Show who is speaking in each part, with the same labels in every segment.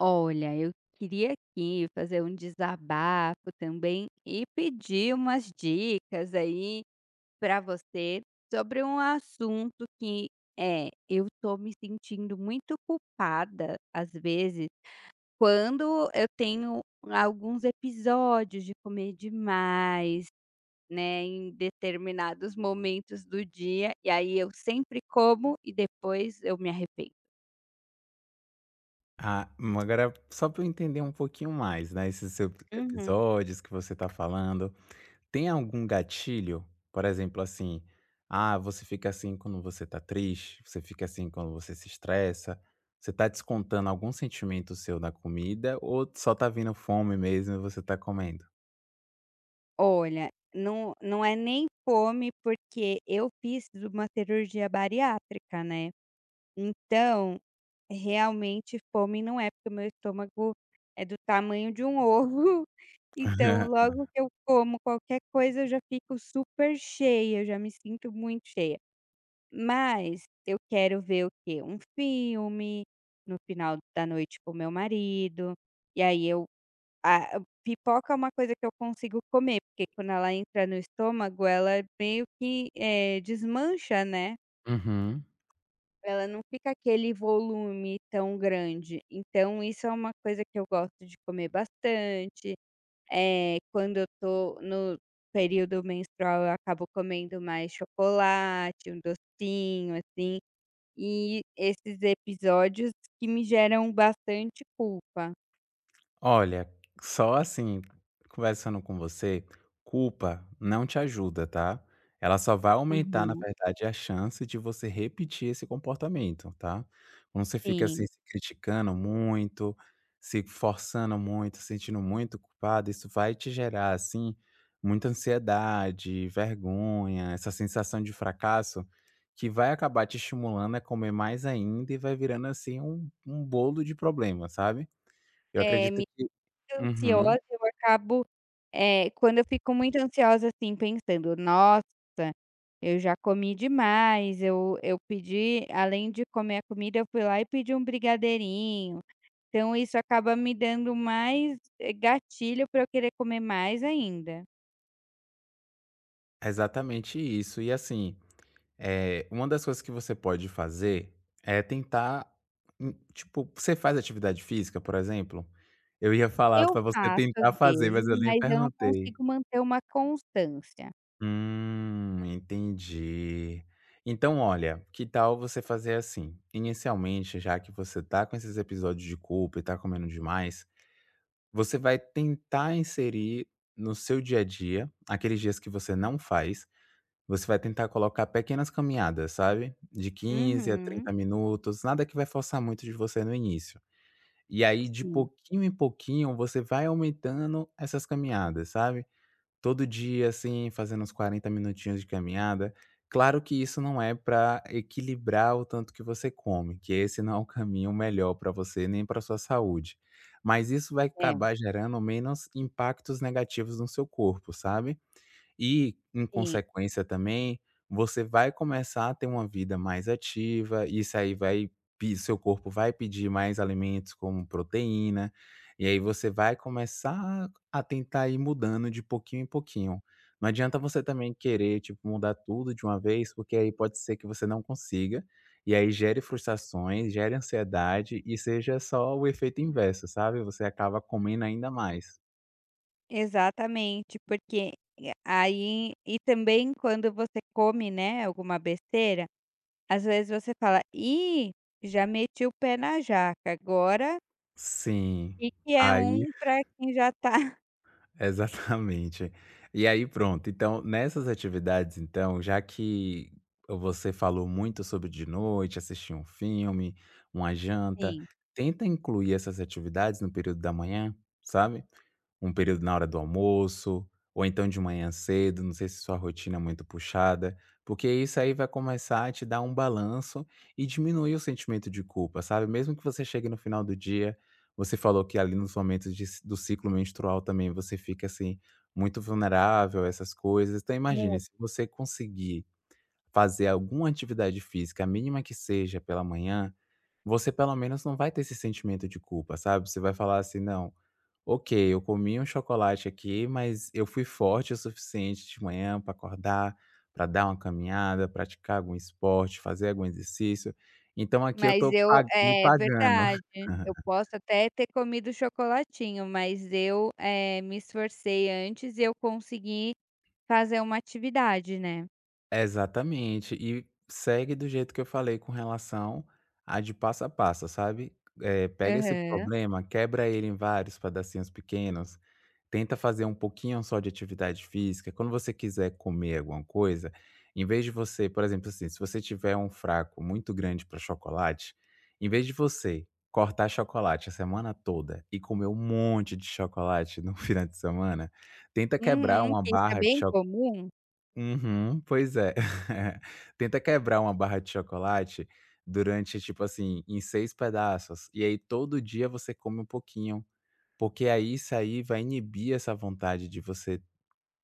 Speaker 1: Olha, eu queria aqui fazer um desabafo também e pedir umas dicas aí para você sobre um assunto que eu tô me sentindo muito culpada às vezes quando eu tenho alguns episódios de comer demais, né, em determinados momentos do dia, e aí eu sempre como e depois eu me arrependo.
Speaker 2: Agora só para eu entender um pouquinho mais, né, esses seu episódios que você tá falando, tem algum gatilho? Por exemplo, assim, ah, você fica assim quando você tá triste, você fica assim quando você se estressa, você tá descontando algum sentimento seu na comida ou só tá vindo fome mesmo e você tá comendo?
Speaker 1: Olha, não é nem fome, porque eu fiz uma cirurgia bariátrica, né, então, realmente fome não é, porque o meu estômago é do tamanho de um ovo, então logo que eu como qualquer coisa eu já fico super cheia, eu já me sinto muito cheia. Mas eu quero ver o quê? Um filme, no final da noite com meu marido, e aí eu a pipoca é uma coisa que eu consigo comer, porque quando ela entra no estômago, ela é meio que, desmancha, né,
Speaker 2: Uhum.
Speaker 1: ela não fica aquele volume tão grande. Então isso é uma coisa que eu gosto de comer bastante. É quando eu tô no período menstrual, eu acabo comendo mais chocolate, um docinho, assim, e esses episódios que me geram bastante culpa.
Speaker 2: Olha, só assim, conversando com você, culpa não te ajuda, tá? Ela só vai aumentar, na
Speaker 1: Aham.
Speaker 2: verdade, a chance de você repetir esse comportamento, tá? Quando você fica
Speaker 1: Sim.
Speaker 2: assim, se criticando muito, se forçando muito, sentindo muito culpado, isso vai te gerar, assim, muita ansiedade, vergonha, essa sensação de fracasso que vai acabar te estimulando a comer mais ainda e vai virando, assim, um bolo de problemas, sabe? Eu
Speaker 1: É
Speaker 2: acredito que uhum.
Speaker 1: ansiosa, eu acabo, quando eu fico muito ansiosa, assim, pensando: "Nossa, eu já comi demais, eu pedi além de comer a comida, eu fui lá e pedi um brigadeirinho". Então isso acaba me dando mais, gatilho para eu querer comer mais ainda.
Speaker 2: é Exatamente isso. E assim, uma das coisas que você pode fazer é tentar, tipo, você faz atividade física, por exemplo? Eu ia falar
Speaker 1: Eu
Speaker 2: pra você
Speaker 1: faço às
Speaker 2: tentar fazer,
Speaker 1: vezes,
Speaker 2: mas eu nem
Speaker 1: mas eu não
Speaker 2: perguntei.
Speaker 1: consigo manter uma constância.
Speaker 2: Entendi. Então, olha, que tal você fazer assim? Inicialmente, já que você tá com esses episódios de culpa e tá comendo demais, você vai tentar inserir no seu dia a dia, aqueles dias que você não faz, você vai tentar colocar pequenas caminhadas, sabe, de 15 a
Speaker 1: Uhum.
Speaker 2: 30 minutos, nada que vai forçar muito de você no início. E aí de
Speaker 1: Sim,
Speaker 2: pouquinho em pouquinho você vai aumentando essas caminhadas, sabe. Todo dia, assim, fazendo uns 40 minutinhos de caminhada. Claro que isso não é para equilibrar o tanto que você come, que esse não é o caminho melhor para você nem para sua saúde. Mas isso vai
Speaker 1: é,
Speaker 2: acabar gerando menos impactos negativos no seu corpo, sabe. E, em
Speaker 1: sim.
Speaker 2: consequência também, você vai começar a ter uma vida mais ativa, isso aí vai pe seu corpo vai pedir mais alimentos como proteína, e aí você vai começar a tentar ir mudando de pouquinho em pouquinho. Não adianta você também querer, tipo, mudar tudo de uma vez, porque aí pode ser que você não consiga, e aí gere frustrações, gere ansiedade e seja só o efeito inverso, sabe, você acaba comendo ainda mais.
Speaker 1: Exatamente, porque e aí e também quando você come, né, alguma besteira, às vezes você fala: "Ih, já meti o pé na jaca, agora
Speaker 2: Sim,
Speaker 1: e que é
Speaker 2: aí
Speaker 1: um para quem já tá"
Speaker 2: Exatamente. E aí pronto, então nessas atividades então, já que você falou muito sobre de noite, assistir um filme, uma janta,
Speaker 1: Sim,
Speaker 2: tenta incluir essas atividades no período da manhã, sabe? Um período na hora do almoço, ou então de manhã cedo, não sei se sua rotina é muito puxada, porque isso aí vai começar a te dar um balanço e diminuir o sentimento de culpa, sabe? Mesmo que você chegue no final do dia, você falou que ali nos momentos de ci do ciclo menstrual também você fica, assim, muito vulnerável a essas coisas. Então imagine,
Speaker 1: muito.
Speaker 2: se você conseguir fazer alguma atividade física, a mínima que seja, pela manhã, você pelo menos não vai ter esse sentimento de culpa, sabe? Você vai falar assim: "Não, ok, eu comi um chocolate aqui, mas eu fui forte o suficiente de manhã para acordar, para dar uma caminhada, praticar algum esporte, fazer algum exercício. Então aqui eu
Speaker 1: Mas
Speaker 2: estou
Speaker 1: eu
Speaker 2: me
Speaker 1: é
Speaker 2: pagando."
Speaker 1: verdade, eu posso até ter comido chocolatinho, mas eu, me esforcei antes e eu consegui fazer uma atividade, né.
Speaker 2: Exatamente. E segue do jeito que eu falei com relação a de passo a passo, sabe? Pega esse
Speaker 1: Aham.
Speaker 2: problema, quebra ele em vários pedacinhos pequenos. Tenta fazer um pouquinho só de atividade física. Quando você quiser comer alguma coisa, em vez de você, por exemplo, assim, se você tiver um fraco muito grande para chocolate, em vez de você cortar chocolate a semana toda e comer um monte de chocolate no final de semana, tenta quebrar
Speaker 1: Uhum,
Speaker 2: uma
Speaker 1: que isso é
Speaker 2: barra de
Speaker 1: bem
Speaker 2: cho
Speaker 1: comum.
Speaker 2: Uhum, pois é. Tenta quebrar uma barra de chocolate durante, tipo assim, em 6 pedaços, e aí todo dia você come um pouquinho. Porque aí isso aí vai inibir essa vontade de você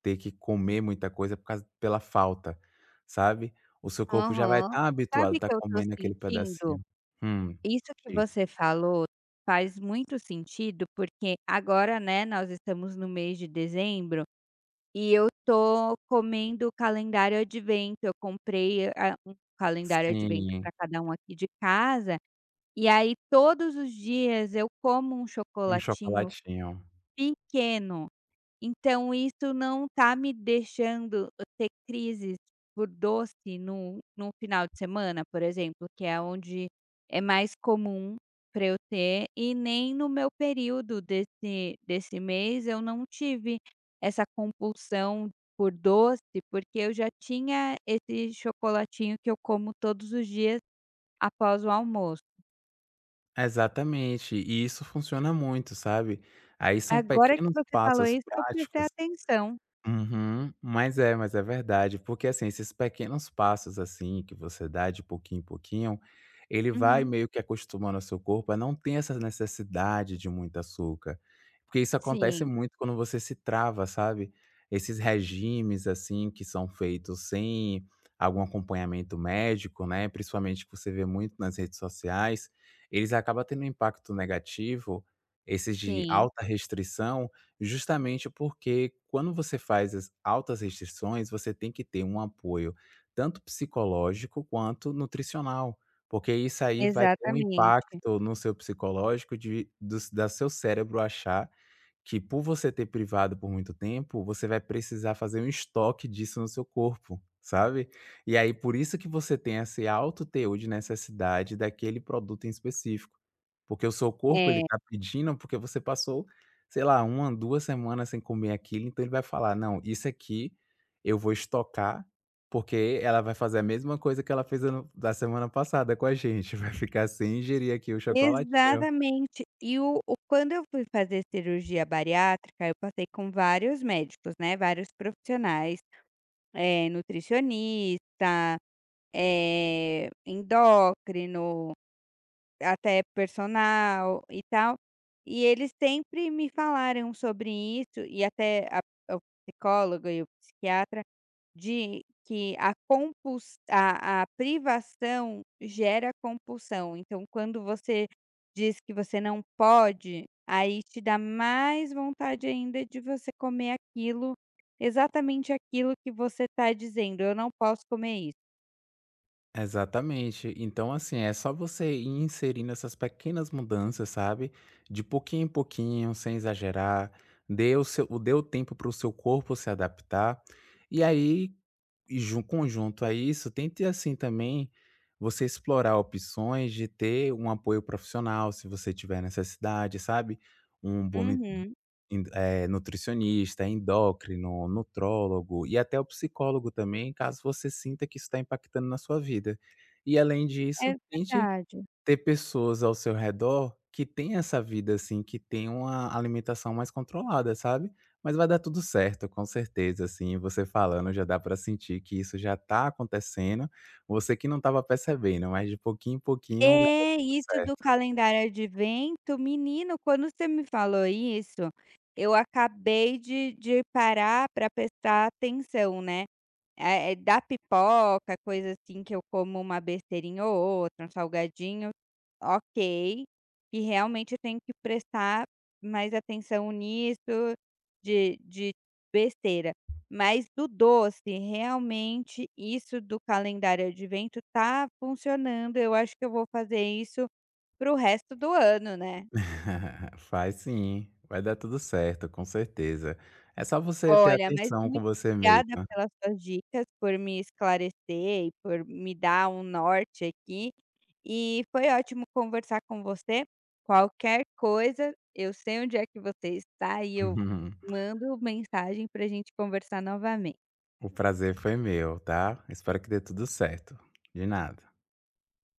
Speaker 2: ter que comer muita coisa por causa pela falta, sabe. O seu corpo já vai
Speaker 1: Aham.
Speaker 2: estar
Speaker 1: Sabe
Speaker 2: habituado, tá
Speaker 1: que eu tô
Speaker 2: comendo aquele
Speaker 1: sentindo?
Speaker 2: pedacinho. Hum,
Speaker 1: Isso que
Speaker 2: diga.
Speaker 1: você falou faz muito sentido, porque agora, né, nós estamos no mês de dezembro e eu tô comendo o calendário advento. Eu comprei a um calendário advento
Speaker 2: Sim,
Speaker 1: para cada um aqui de casa, e aí todos os dias eu como um
Speaker 2: um
Speaker 1: chocolatinho
Speaker 2: chocolatinho.
Speaker 1: pequeno. Então isso não tá me deixando ter crises por doce no final de semana, por exemplo, que é onde é mais comum pra eu ter, e nem no meu período desse mês eu não tive essa compulsão por doce, porque eu já tinha esse chocolatinho que eu como todos os dias após o almoço.
Speaker 2: Exatamente, e isso funciona muito, sabe. Aí são
Speaker 1: Agora
Speaker 2: pequenos
Speaker 1: que você falou
Speaker 2: passos
Speaker 1: isso que eu prestei
Speaker 2: práticos.
Speaker 1: atenção.
Speaker 2: Uhum. Mas é verdade, porque, assim, esses pequenos passos, assim, que você dá de pouquinho em pouquinho, ele vai
Speaker 1: Uhum.
Speaker 2: meio que acostumando o seu corpo a não ter essa necessidade de muito açúcar. Porque isso acontece
Speaker 1: Sim,
Speaker 2: muito quando você se trava, sabe. Esses regimes, assim, que são feitos sem algum acompanhamento médico, né, principalmente que você vê muito nas redes sociais, eles acabam tendo um impacto negativo, esses de
Speaker 1: sim,
Speaker 2: alta restrição, justamente porque quando você faz as altas restrições, você tem que ter um apoio tanto psicológico quanto nutricional, porque isso aí vai ter um
Speaker 1: exatamente.
Speaker 2: impacto no seu psicológico de do da seu cérebro achar que por você ter privado por muito tempo, você vai precisar fazer um estoque disso no seu corpo, sabe. E aí por isso que você tem esse alto teor de necessidade daquele produto em específico. Porque o seu corpo
Speaker 1: É,
Speaker 2: ele tá pedindo, porque você passou, sei lá, uma, 2 semanas sem comer aquilo, então ele vai falar: "Não, isso aqui eu vou estocar, porque ela vai fazer a mesma coisa que ela fez ano da semana passada com a gente, vai ficar sem ingerir aqui o chocolatinho".
Speaker 1: exatamente. E o quando eu fui fazer cirurgia bariátrica, eu passei com vários médicos, né, vários profissionais, nutricionista, endócrino, até personal e tal, e eles sempre me falaram sobre isso e até a o psicólogo e o psiquiatra. De que a privação gera compulsão, então quando você diz que você não pode, aí te dá mais vontade ainda de você comer aquilo, exatamente aquilo que você está dizendo: "Eu não posso comer isso".
Speaker 2: Exatamente. Então, assim, é só você ir inserindo essas pequenas mudanças, sabe, de pouquinho em pouquinho, sem exagerar, dê o tempo para o seu corpo se adaptar, e aí E jun conjunto a isso, tente assim também, você explorar opções de ter um apoio profissional, se você tiver necessidade, sabe. Um bom nu
Speaker 1: Uhum,
Speaker 2: en eh, nutricionista, endócrino, nutrólogo e até o psicólogo também, caso você sinta que isso está impactando na sua vida. E além disso,
Speaker 1: é
Speaker 2: tente
Speaker 1: verdade.
Speaker 2: ter pessoas ao seu redor que tem essa vida, assim, que tem uma alimentação mais controlada, sabe. Mas vai dar tudo certo, com certeza, assim, você falando já dá pra sentir que isso já tá acontecendo, você que não estava percebendo, mas de pouquinho em pouquinho vai dar
Speaker 1: É,
Speaker 2: tudo
Speaker 1: isso do
Speaker 2: certo.
Speaker 1: calendário advento, menino, quando você me falou isso, eu acabei de parar para prestar atenção, né. É da pipoca, coisa assim que eu como uma besteirinha ou outra, um salgadinho, ok, e realmente eu tenho que prestar mais atenção nisso, de besteira. Mas do doce, realmente isso do calendário advento tá funcionando, eu acho que eu vou fazer isso para o resto do ano, né.
Speaker 2: Faz sim, vai dar tudo certo, com certeza. É só você ter
Speaker 1: Olha, mas
Speaker 2: atenção com
Speaker 1: muito
Speaker 2: você
Speaker 1: obrigada
Speaker 2: mesma.
Speaker 1: pelas suas dicas, por me esclarecer e por me dar um norte aqui. E foi ótimo conversar com você. Qualquer coisa, eu sei onde é que você está e eu mando mensagem para a gente conversar novamente.
Speaker 2: O prazer foi meu, tá. Espero que dê tudo certo. De nada.